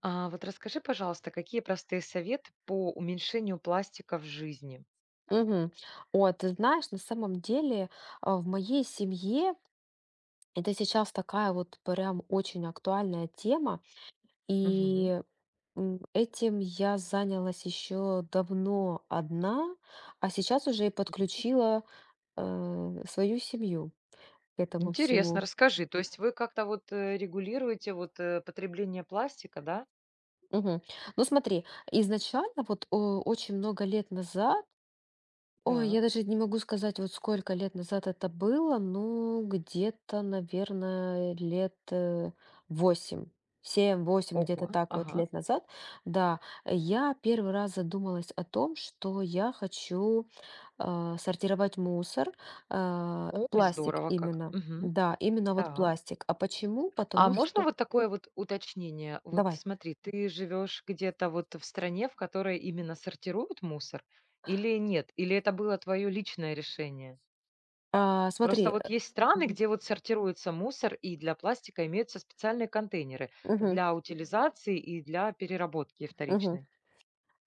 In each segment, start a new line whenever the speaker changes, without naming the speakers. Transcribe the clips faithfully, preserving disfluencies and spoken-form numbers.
А, вот расскажи, пожалуйста, какие простые советы по уменьшению пластика в жизни?
Мгм. Ой, ты знаешь, на самом деле, а, в моей семье это сейчас такая вот прям очень актуальная тема,
Мгм.
и м, этим я занялась еще давно одна, а сейчас уже и подключила э, свою семью к этому
Интересно,
всему.
расскажи. То есть вы как-то вот э, регулируете вот э, потребление пластика, да?
Мгм. Ну смотри, изначально вот о, очень много лет назад. Ой, я
Так.
даже не могу сказать, вот сколько лет назад это было, ну, где-то, наверное, лет э, восемь. Семь, восемь, где-то
Ого.
так вот
Ага.
лет назад, да, я первый раз задумалась о том, что я хочу а, сортировать мусор, а,
Ой,
пластик
здорово как.
именно,
Мгм.
да, именно вот
Так.
пластик. А почему?
А
Потому
можно
что.
вот такое вот уточнение? Вот
Давай.
смотри, ты живешь где-то вот в стране, в которой именно сортируют мусор, или нет? Или это было твое личное решение?
А,
Просто
смотри,
вот
э,
есть страны,
мгм,
где вот сортируется мусор, и для пластика имеются специальные контейнеры
мгм,
для утилизации и для переработки
мгм.
вторичной.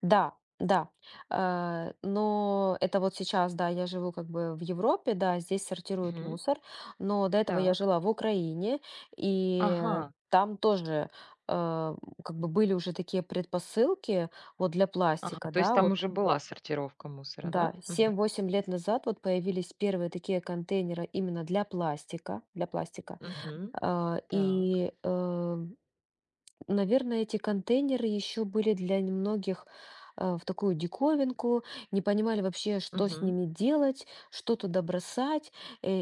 Да, да. Э, но это вот сейчас, да, я живу как бы в Европе, да, здесь сортируют
Мгм.
мусор, но до этого я
Так.
жила в Украине, и
Ага.
там тоже, э, как бы были уже такие предпосылки вот для
Ага,
пластика,
то есть
да,
там
вот,
уже была сортировка мусора, да?
да.
Мгм.
Семь-восемь лет назад вот появились первые такие контейнеры именно для пластика, для пластика.
Мгм.
А,
Так.
И э, Наверное, эти контейнеры еще были для многих э, в такую диковинку, не понимали вообще, что с
Мгм.
ними делать, что туда бросать. э,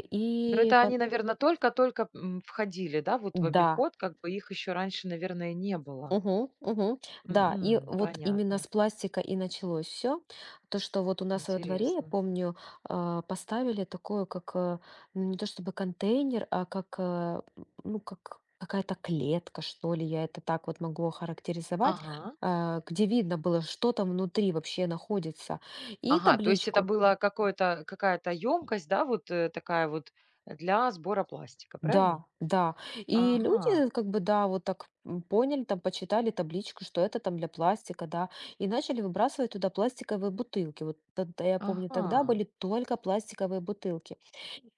Но
И
это
по-
они, наверное, только-только м, входили, да, вот в
да,
обиход, как бы их еще раньше, наверное, не было.
угу, угу. Да, и
Мгм.
вот именно
Понятно.
с пластика и началось все. То, что вот у нас во дворе, я
Интересно.
помню, а, поставили такое, как э, ну, не то чтобы контейнер, а как, э, ну, как какая-то клетка, что ли, я это так вот могу охарактеризовать,
Ага.
а, где видно было, что там внутри вообще находится, и
Ага, то есть это
табличку.
было какое-то какая-то емкость, да, вот, э, такая вот э, для сбора пластика, правильно?
Да, да. И люди, как бы, да, вот так м, поняли, там, почитали табличку, что это там для пластика, да, и начали выбрасывать туда пластиковые бутылки. Вот тогда, я
Ага,
помню, тогда
ага,
были только пластиковые бутылки.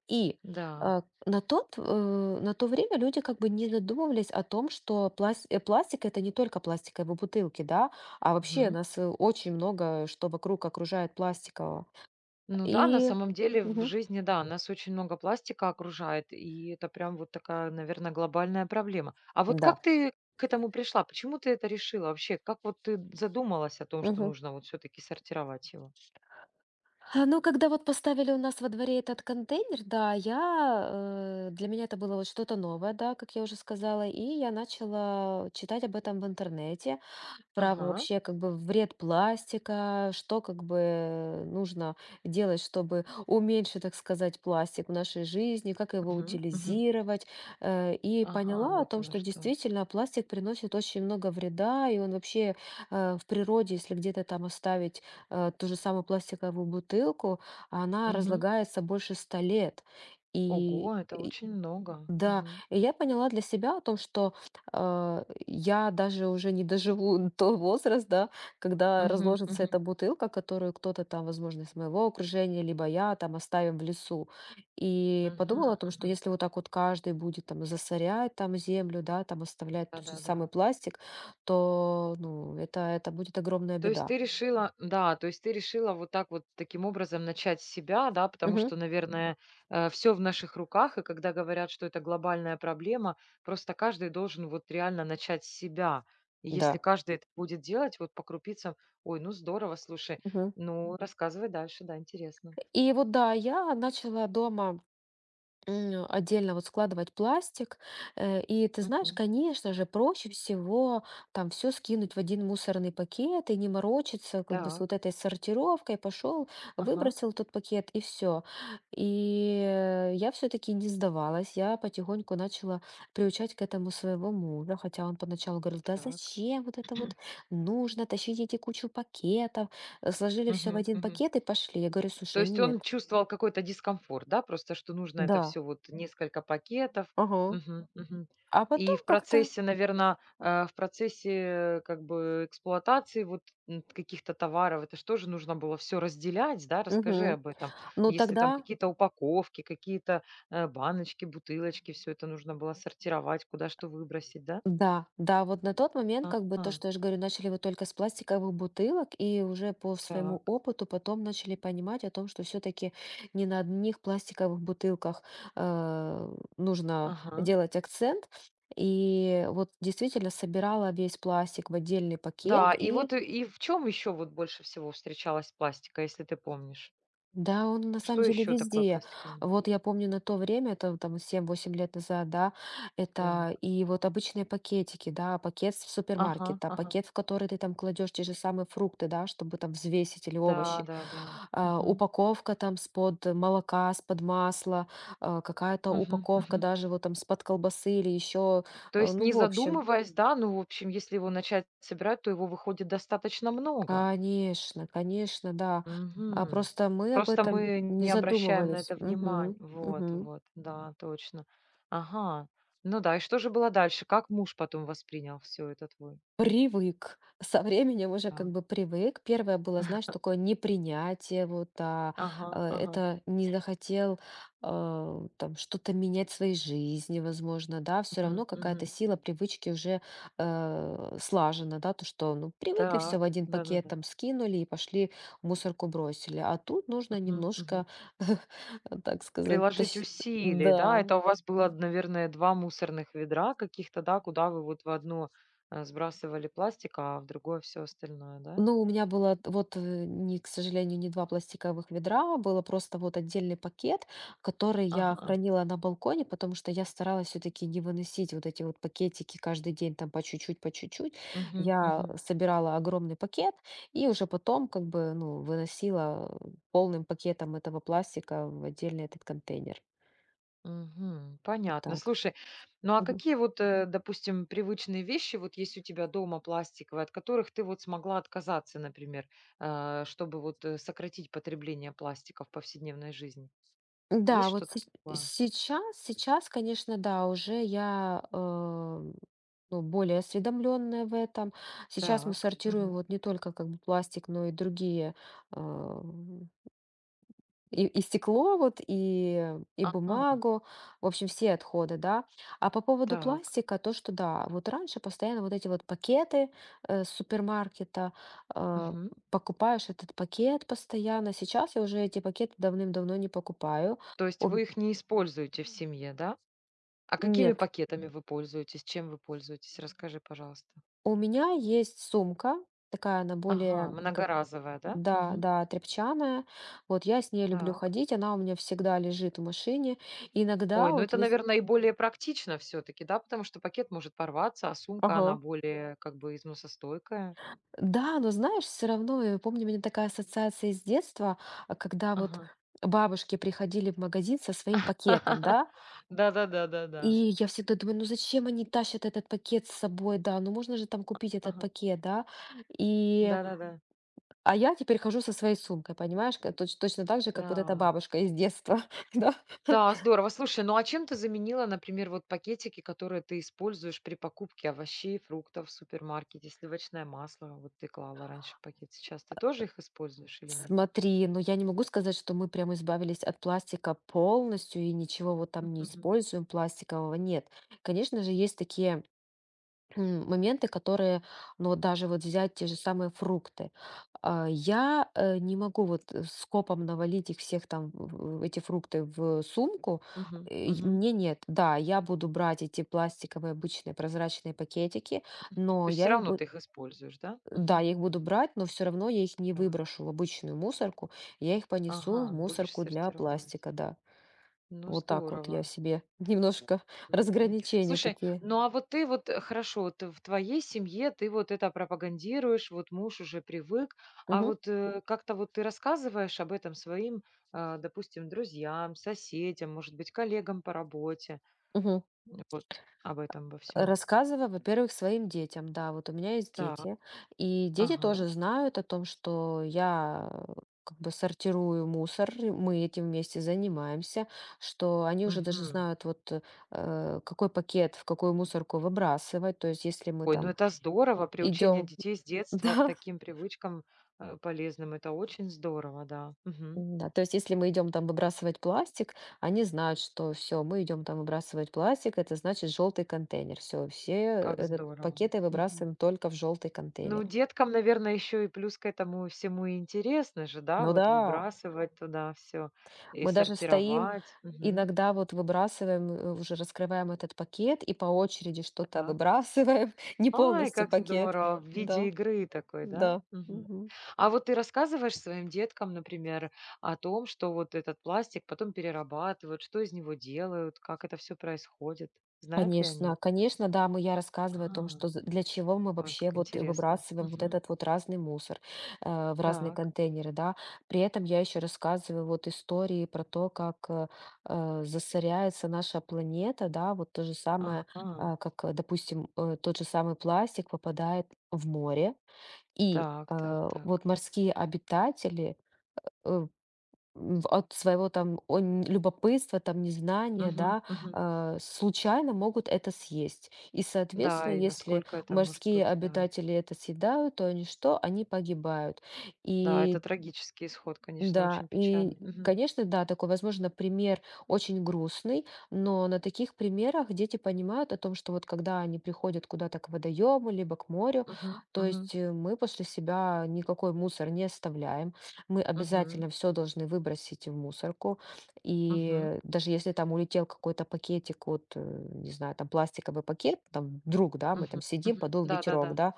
И
да.
э, на тот, э, на то время люди как бы не задумывались о том, что пласт- э, пластик это не только пластиковые бутылки, да, а вообще
Мгм.
нас э, очень много, что вокруг окружает пластикового.
Ну да, на
И
самом деле в
Мгм.
жизни, да, нас очень много пластика окружает, и это прям вот такая, наверное, глобальная проблема. А вот
Да.
как ты к этому пришла? Почему ты это решила вообще? Как вот ты задумалась о том, что
Мгм.
нужно вот все-таки сортировать его?
А, Ну, когда вот поставили у нас во дворе этот контейнер, да, я, э, для меня это было вот что-то новое, да, как я уже сказала, и я начала читать об этом в интернете право
Ага,
вообще как бы вред пластика, что как бы нужно делать, чтобы уменьшить, так сказать, пластик в нашей жизни, как его
мгм, мгм.
утилизировать. Э, И
Ага,
поняла о
вот
том,
оно
что
что.
действительно пластик приносит очень много вреда, и он вообще э, в природе, если где-то там оставить э, ту же самую пластиковую бутылку, она
Мгм.
разлагается больше ста лет. И
Ого, это очень много.
да,
Мгм.
и я поняла для себя о том, что э, я даже уже не доживу до возраста, да, когда
Мгм,
разложится
мгм,
эта бутылка, которую кто-то там, возможно, из моего окружения, либо я там оставим в лесу. И
мгм,
подумала о том, что
мгм.
если вот так вот каждый будет там засорять там землю, да, там оставлять тот же
Да-да-да.
самый пластик, то, ну, это, это будет огромная
То есть
беда.
ты решила, да, то есть ты решила вот так вот таким образом начать с себя, да, потому
Мгм.
что, наверное, все в наших руках, и когда говорят, что это глобальная проблема, просто каждый должен вот реально начать с себя. И если
Да.
каждый это будет делать, вот по крупицам, ой, ну здорово, слушай,
Мгм.
ну рассказывай дальше, да, интересно.
И вот да, я начала дома м, отдельно вот складывать пластик. Э, И ты знаешь,
Мгм.
конечно же, проще всего там все скинуть в один мусорный пакет и не морочиться как бы с
Так,
вот этой сортировкой. Пошел,
ага,
выбросил тот пакет и все. И э, я все-таки не сдавалась. Я потихоньку начала приучать к этому своего мужа, хотя он поначалу говорил, да
так.
зачем вот это вот нужно, тащить эти кучу пакетов. Э, Сложили все в
Мгм,
один
мгм.
пакет и пошли. Я говорю,
То
слушай,
есть он
нет,
чувствовал какой-то дискомфорт, да, просто что нужно это
да,
все вот несколько пакетов.
ага.
Мгм, мгм.
А
И
потом
в
как-то.
процессе, наверное, в процессе как бы эксплуатации вот, м, каких-то товаров, это же тоже нужно было все разделять, да? Расскажи
Мгм.
об этом.
Ну
Если там
тогда,
какие-то упаковки, какие-то, э, баночки, бутылочки, все это нужно было сортировать, куда что выбросить, да?
да, да, вот на тот момент, как бы
Ага,
то, что я же говорю, начали вот только с пластиковых бутылок, и уже по своему
так.
опыту потом начали понимать о том, что все-таки не на одних пластиковых бутылках э, нужно
Ага.
делать акцент. И вот действительно собирала весь пластик в отдельный пакет
Да, и вот
и
э, и в чем еще вот больше всего встречалась пластика, если ты помнишь?
Да, он на самом
Что
деле
еще такое
везде.
пластиковый.
Вот я помню на то время, это там семь-восемь лет назад, да,
Так.
это и вот обычные пакетики, да, пакет в
Ага,
супермаркет, да,
ага.
пакет, в который ты там кладешь те же самые фрукты, да, чтобы там взвесить или
Да,
овощи.
да, да.
А,
Мгм.
Упаковка там с-под молока, с-под масла, а, какая-то
Мгм,
упаковка
мгм.
даже вот там с-под колбасы или еще,
То
э,
есть
ну,
не
в общем,
задумываясь, да, ну, в общем, если его начать собирать, то его выходит достаточно много.
конечно, конечно, да. А
Мгм.
просто мы об
Просто
этом
мы
не
не обращаем на
задумывались.
это внимания.
Угу,
Вот,
угу.
вот, да, точно. Ага. Ну да, и что же было дальше? Как муж потом воспринял все это твой?
Привык. Со временем уже как
Так.
бы привык. Первое было, знаешь, такое непринятие, вот, а,
Ага,
э,
ага.
это не захотел, а, там что-то менять в своей жизни, возможно, да, все
Мгм,
равно какая-то
мгм.
сила привычки уже э, слажена, да, то, что, ну, привыкли все в
Так.
один пакет
Да-да-да.
там скинули и пошли в мусорку бросили, а тут нужно
Мгм, мгм.
немножко, так сказать,
Приложить
тащ-
усилий, да?
да.
Это у вас было, наверное, два мусорных ведра каких-то, да, куда вы вот в одно, э, сбрасывали пластик, а в другое все остальное, да?
Ну, у меня было т- вот, э, не, к сожалению, не два пластиковых ведра, было просто вот отдельный пакет, который я
Ага.
хранила на балконе, потому что я старалась все-таки не выносить вот эти вот пакетики каждый день там по чуть-чуть, по чуть-чуть.
Мгм,
Я
мгм,
собирала огромный пакет и уже потом как бы, ну, выносила полным пакетом этого пластика в отдельный этот контейнер.
мгм.
Вот
Понятно.
так.
Слушай, ну, а
Мгм.
какие вот, э, допустим, привычные вещи вот есть у тебя дома пластиковые, от которых ты вот смогла отказаться, например, э, чтобы вот, э, сократить потребление пластика в повседневной жизни? Есть
Да, вот
что-то такое?
сеч сейчас сейчас, конечно, да, уже я, эм, ну, более осведомленная в этом. Сейчас мы
Так.
сортируем
Мгм.
вот не только как бы пластик, но и другие, эм, и и стекло вот, и и
Ага.
бумагу, в общем, все отходы, да. А по поводу
Так.
пластика, то, что да, вот раньше постоянно вот эти вот пакеты, э, с супермаркета, э,
Мгм.
покупаешь этот пакет постоянно. Сейчас я уже эти пакеты давным-давно не покупаю.
То есть
У
вы их не используете в семье, да? А какими
Нет,
пакетами вы пользуетесь? Чем вы пользуетесь? Расскажи, пожалуйста.
у меня есть сумка, такая она
Ага,
более как,
многоразовая, да?
да,
Мгм.
да, тряпчаная. Вот я с ней люблю
Так.
ходить, она у меня всегда лежит в машине.
Ой,
Иногда
ну
вот
это,
есть.
наверное, и более практично все-таки, да, потому что пакет может порваться, а сумка, она
Ага.
более как бы износостойкая.
Да, но знаешь, все равно, я помню, у меня такая ассоциация из детства, а, когда вот
Ага.
бабушки приходили в магазин со своим пакетом, да, и
Да-да-да-да-да.
я всегда думаю, ну зачем они тащат этот пакет с собой, да, ну можно же там купить этот
Ага.
пакет, да, и
Да-да-да.
А я теперь хожу со своей сумкой, понимаешь, ка точ точно так же, как вот эта
Так.
бабушка из детства, да.
Да, здорово. Слушай, ну а чем ты заменила, например, вот пакетики, которые ты используешь при покупке овощей, фруктов в супермаркете, сливочное масло? Вот ты клала раньше в пакет, сейчас ты тоже их используешь или нет?
Смотри, но я не могу сказать, что мы прям избавились от пластика полностью и ничего вот там не
Мгм.
используем пластикового, нет. Конечно же, есть такие м, моменты, которые, ну вот даже вот взять те же самые фрукты. А, Я э, не могу вот э, скопом навалить их всех там, в- в эти фрукты в сумку.
Мгм.
Э, и
Мгм.
Мне нет. Да, я буду брать эти пластиковые обычные прозрачные пакетики,
То
но
есть все
я их
равно
буду.
ты их используешь, да?
Да,
Мгм.
я их буду брать, но все равно я их не
Так.
выброшу в обычную мусорку. Я их понесу в
Ага, будешь
мусорку для
сортировать.
пластика, да.
Ну,
Вот так вот я
здорово.
себе немножко
М, мгм.
разграничения
Слушай,
такие.
ну а вот ты вот, э, хорошо, вот в твоей семье ты вот это пропагандируешь, вот муж уже привык, а
Мгм.
вот э, как-то вот ты рассказываешь об этом своим, а, допустим, друзьям, соседям, может быть, коллегам по работе,
Мгм.
м, вот об этом во всем.
Рассказываю, во-первых, своим детям. Да, вот у меня есть
Так,
дети, и дети
ага,
тоже знают о том, что я э, как бы сортирую мусор, и мы этим вместе занимаемся, что они уже даже
мгм.
знают, вот э, э, какой пакет, в какую мусорку выбрасывать. То есть, если мы
Ой, ну
там
это здорово, приучение
идем,
детей с детства к
да,
таким привычкам э, полезным, это очень здорово, да. Мгм.
да, то есть, если мы идем там выбрасывать пластик, они знают, что все, мы идем там выбрасывать пластик, это значит желтый контейнер. Все, все
Как
этот
здорово.
пакеты
Мгм.
выбрасываем только в желтый
Ну,
контейнер.
деткам, наверное, еще и плюс к этому всему и интересно же, да,
Ну
вот
да,
выбрасывать туда все и
мы даже стоим,
сортировать. Мгм.
иногда вот выбрасываем, э, уже раскрываем этот пакет и по очереди что-то
Так.
выбрасываем, не
Ай,
полностью
как
пакет.
здорово! В виде
Да,
игры такой, да?
да.
Мгм.
Мгм.
А вот ты рассказываешь своим деткам, например, о том, что вот этот пластик потом перерабатывают, что из него делают, как это все происходит? Знают ли они?
Конечно, конечно, да, мы я рассказываю о том,
Ага.
что з для чего мы
Ой,
вообще
как
вот
интересно.
выбрасываем вот
Мгм.
этот вот разный мусор, э, в разные
Так.
контейнеры, да. При этом я еще рассказываю вот истории про то, как, э, э, засоряется наша планета, да. Вот то же самое,
Ага.
а, как, э, допустим, э, тот же самый пластик попадает в море, и,
Так, так,
э,
так.
вот морские обитатели, э, в от своего там он любопытства, там незнания,
Мгм,
да,
мгм.
а, случайно могут это съесть. И,
Да,
соответственно,
и
если
насколько это может
морские
быть, да.
обитатели это съедают, то они что? Они погибают.
Да, это
И
трагический исход, конечно,
да,
очень печально.
и,
Мгм.
конечно, да, такой, возможно, пример очень грустный, но на таких примерах дети понимают о том, что вот когда они приходят куда-то к водоему, либо к морю,
Мгм.
то
Мгм.
есть э, мы после себя никакой мусор не оставляем, мы
Мгм.
обязательно все должны выбросить в мусорку,
Мгм.
и даже если там улетел какой-то пакетик, вот, э, не знаю, там пластиковый пакет, там вдруг, да, мы
Мгм.
там сидим,
Мгм.
подул ветерок,
Да-да-да.
да,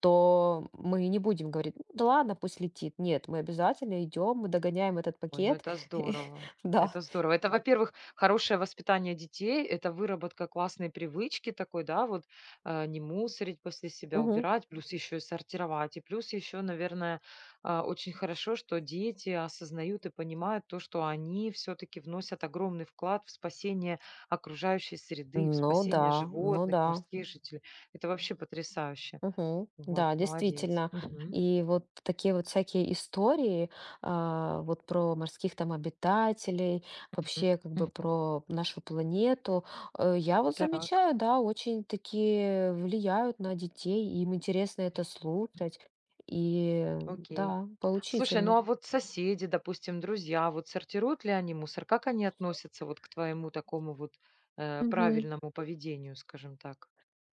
то мы не будем говорить: «Ну "Да ладно, пусть летит"». Нет, мы обязательно идем, мы догоняем этот
Ой, ну
пакет.
это здорово.
Да.
Это здорово. Это, во-первых, хорошее воспитание детей, это выработка классной привычки такой, да, вот э, не мусорить после себя,
Мгм.
убирать, плюс еще и сортировать. И плюс еще, наверное, а, очень хорошо, что дети осознают и понимают то, что они все-таки вносят огромный вклад в спасение окружающей среды, в
Ну да,
спасение
ну
животных,
да.
морских жителей. Это вообще потрясающе.
Мгм.
Вот,
Да,
молодец.
действительно.
Мгм.
И вот такие вот всякие истории, а, вот про морских там обитателей, вообще как бы
Мгм.
про нашу планету, э, я вот
Так.
замечаю, да, очень такие влияют на детей, им интересно это слушать. И
Окей.
да,
Слушай, ну
поучительно.
а вот соседи, допустим, друзья, вот сортируют ли они мусор? Как они относятся вот к твоему такому вот э,
Мгм.
правильному поведению, скажем так?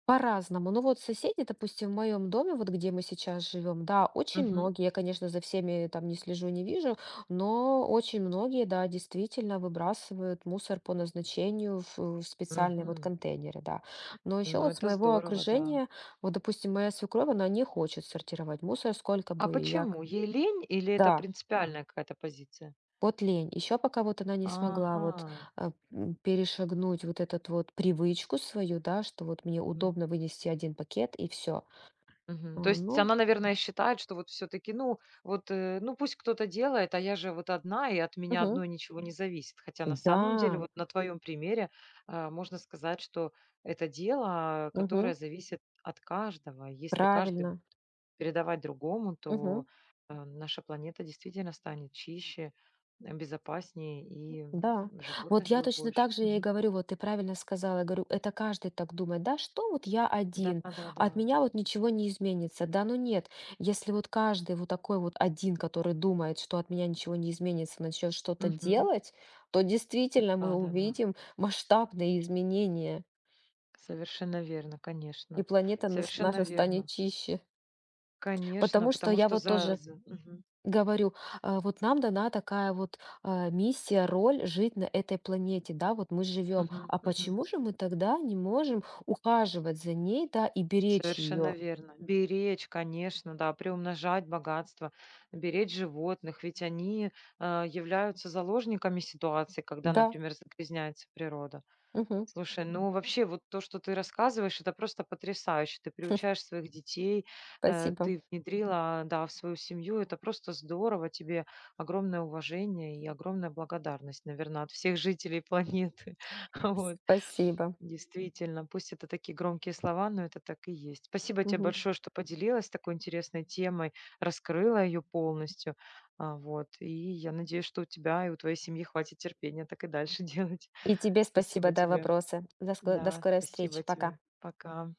По-разному. Ну вот соседи, допустим, в моем доме, вот где мы сейчас живем, да, очень
Мгм.
многие, я, конечно, за всеми там не слежу, не вижу, но очень многие, да, действительно выбрасывают мусор по назначению в, в специальные вот
Мгм.
контейнеры, да. Но еще
Ну
вот с
это
моего
здорово, да.
окружения, вот, допустим, моя свекровь, она не хочет сортировать мусор, сколько
А
бы я, к-
почему? Ей лень или это
да,
принципиальная какая-то позиция?
вот лень. Еще пока вот она не смогла вот
Ага.
э, м, перешагнуть вот этот вот привычку свою, да, что вот мне удобно вынести один пакет и все.
Мгм. То
А,
есть
ну,
она, наверное, считает, что вот все-таки, ну, вот, э, ну пусть кто-то делает, а я же вот одна, и от меня
мгм.
одной ничего не зависит. Хотя на самом деле,
Да,
вот на твоем примере, а, можно сказать, что это дело,
мгм.
которое зависит от каждого. Если каждый
Правильно.
передавать другому, то
Мгм.
э, наша планета действительно станет чище, э, безопаснее, и м,
Да. Вот
животных
я
будет
точно
больше.
так же ей
Мгм.
говорю, вот ты правильно сказала, я говорю, это каждый так думает, да, что вот я
Да,
один,
да, да.
от меня вот ничего не изменится, да, ну нет, если вот каждый вот такой вот один, который думает, что от меня ничего не изменится, начнет что-то
Мгм.
делать, то действительно мы
Да, да, да.
увидим масштабные изменения,
Совершенно верно,
и
конечно.
планета нас-
Совершенно
наша станет
верно.
чище.
Конечно,
Потому что
потому
я
что
вот
за
тоже
за мгм,
говорю, а, вот нам дана такая вот а, миссия, роль жить на этой планете, да, вот мы живем.
мгм,
А
мгм.
почему же мы тогда не можем ухаживать за ней, да, и беречь
Совершенно
ее?
верно. Беречь, конечно, да, приумножать богатство, беречь животных, ведь они, а, являются заложниками ситуации, когда,
Да,
например, загрязняется природа.
мгм,
Слушай, ну вообще вот то, что ты рассказываешь, это просто потрясающе. Ты приучаешь своих детей, э,
спасибо,
ты внедрила, да, в свою семью. Это просто здорово. Тебе огромное уважение и огромная благодарность, наверное, от всех жителей планеты. Вот.
спасибо.
Действительно, пусть это такие громкие слова, но это так и есть. Спасибо тебе
Мгм.
большое, что поделилась такой интересной темой, раскрыла ее полностью. А, Вот. И я надеюсь, что у тебя и у твоей семьи хватит терпения так и дальше делать.
И тебе
Спасибо
спасибо, да,
тебе.
вопросы. До ск- до
Да,
скорой
спасибо
встречи,
тебе.
пока.
Пока.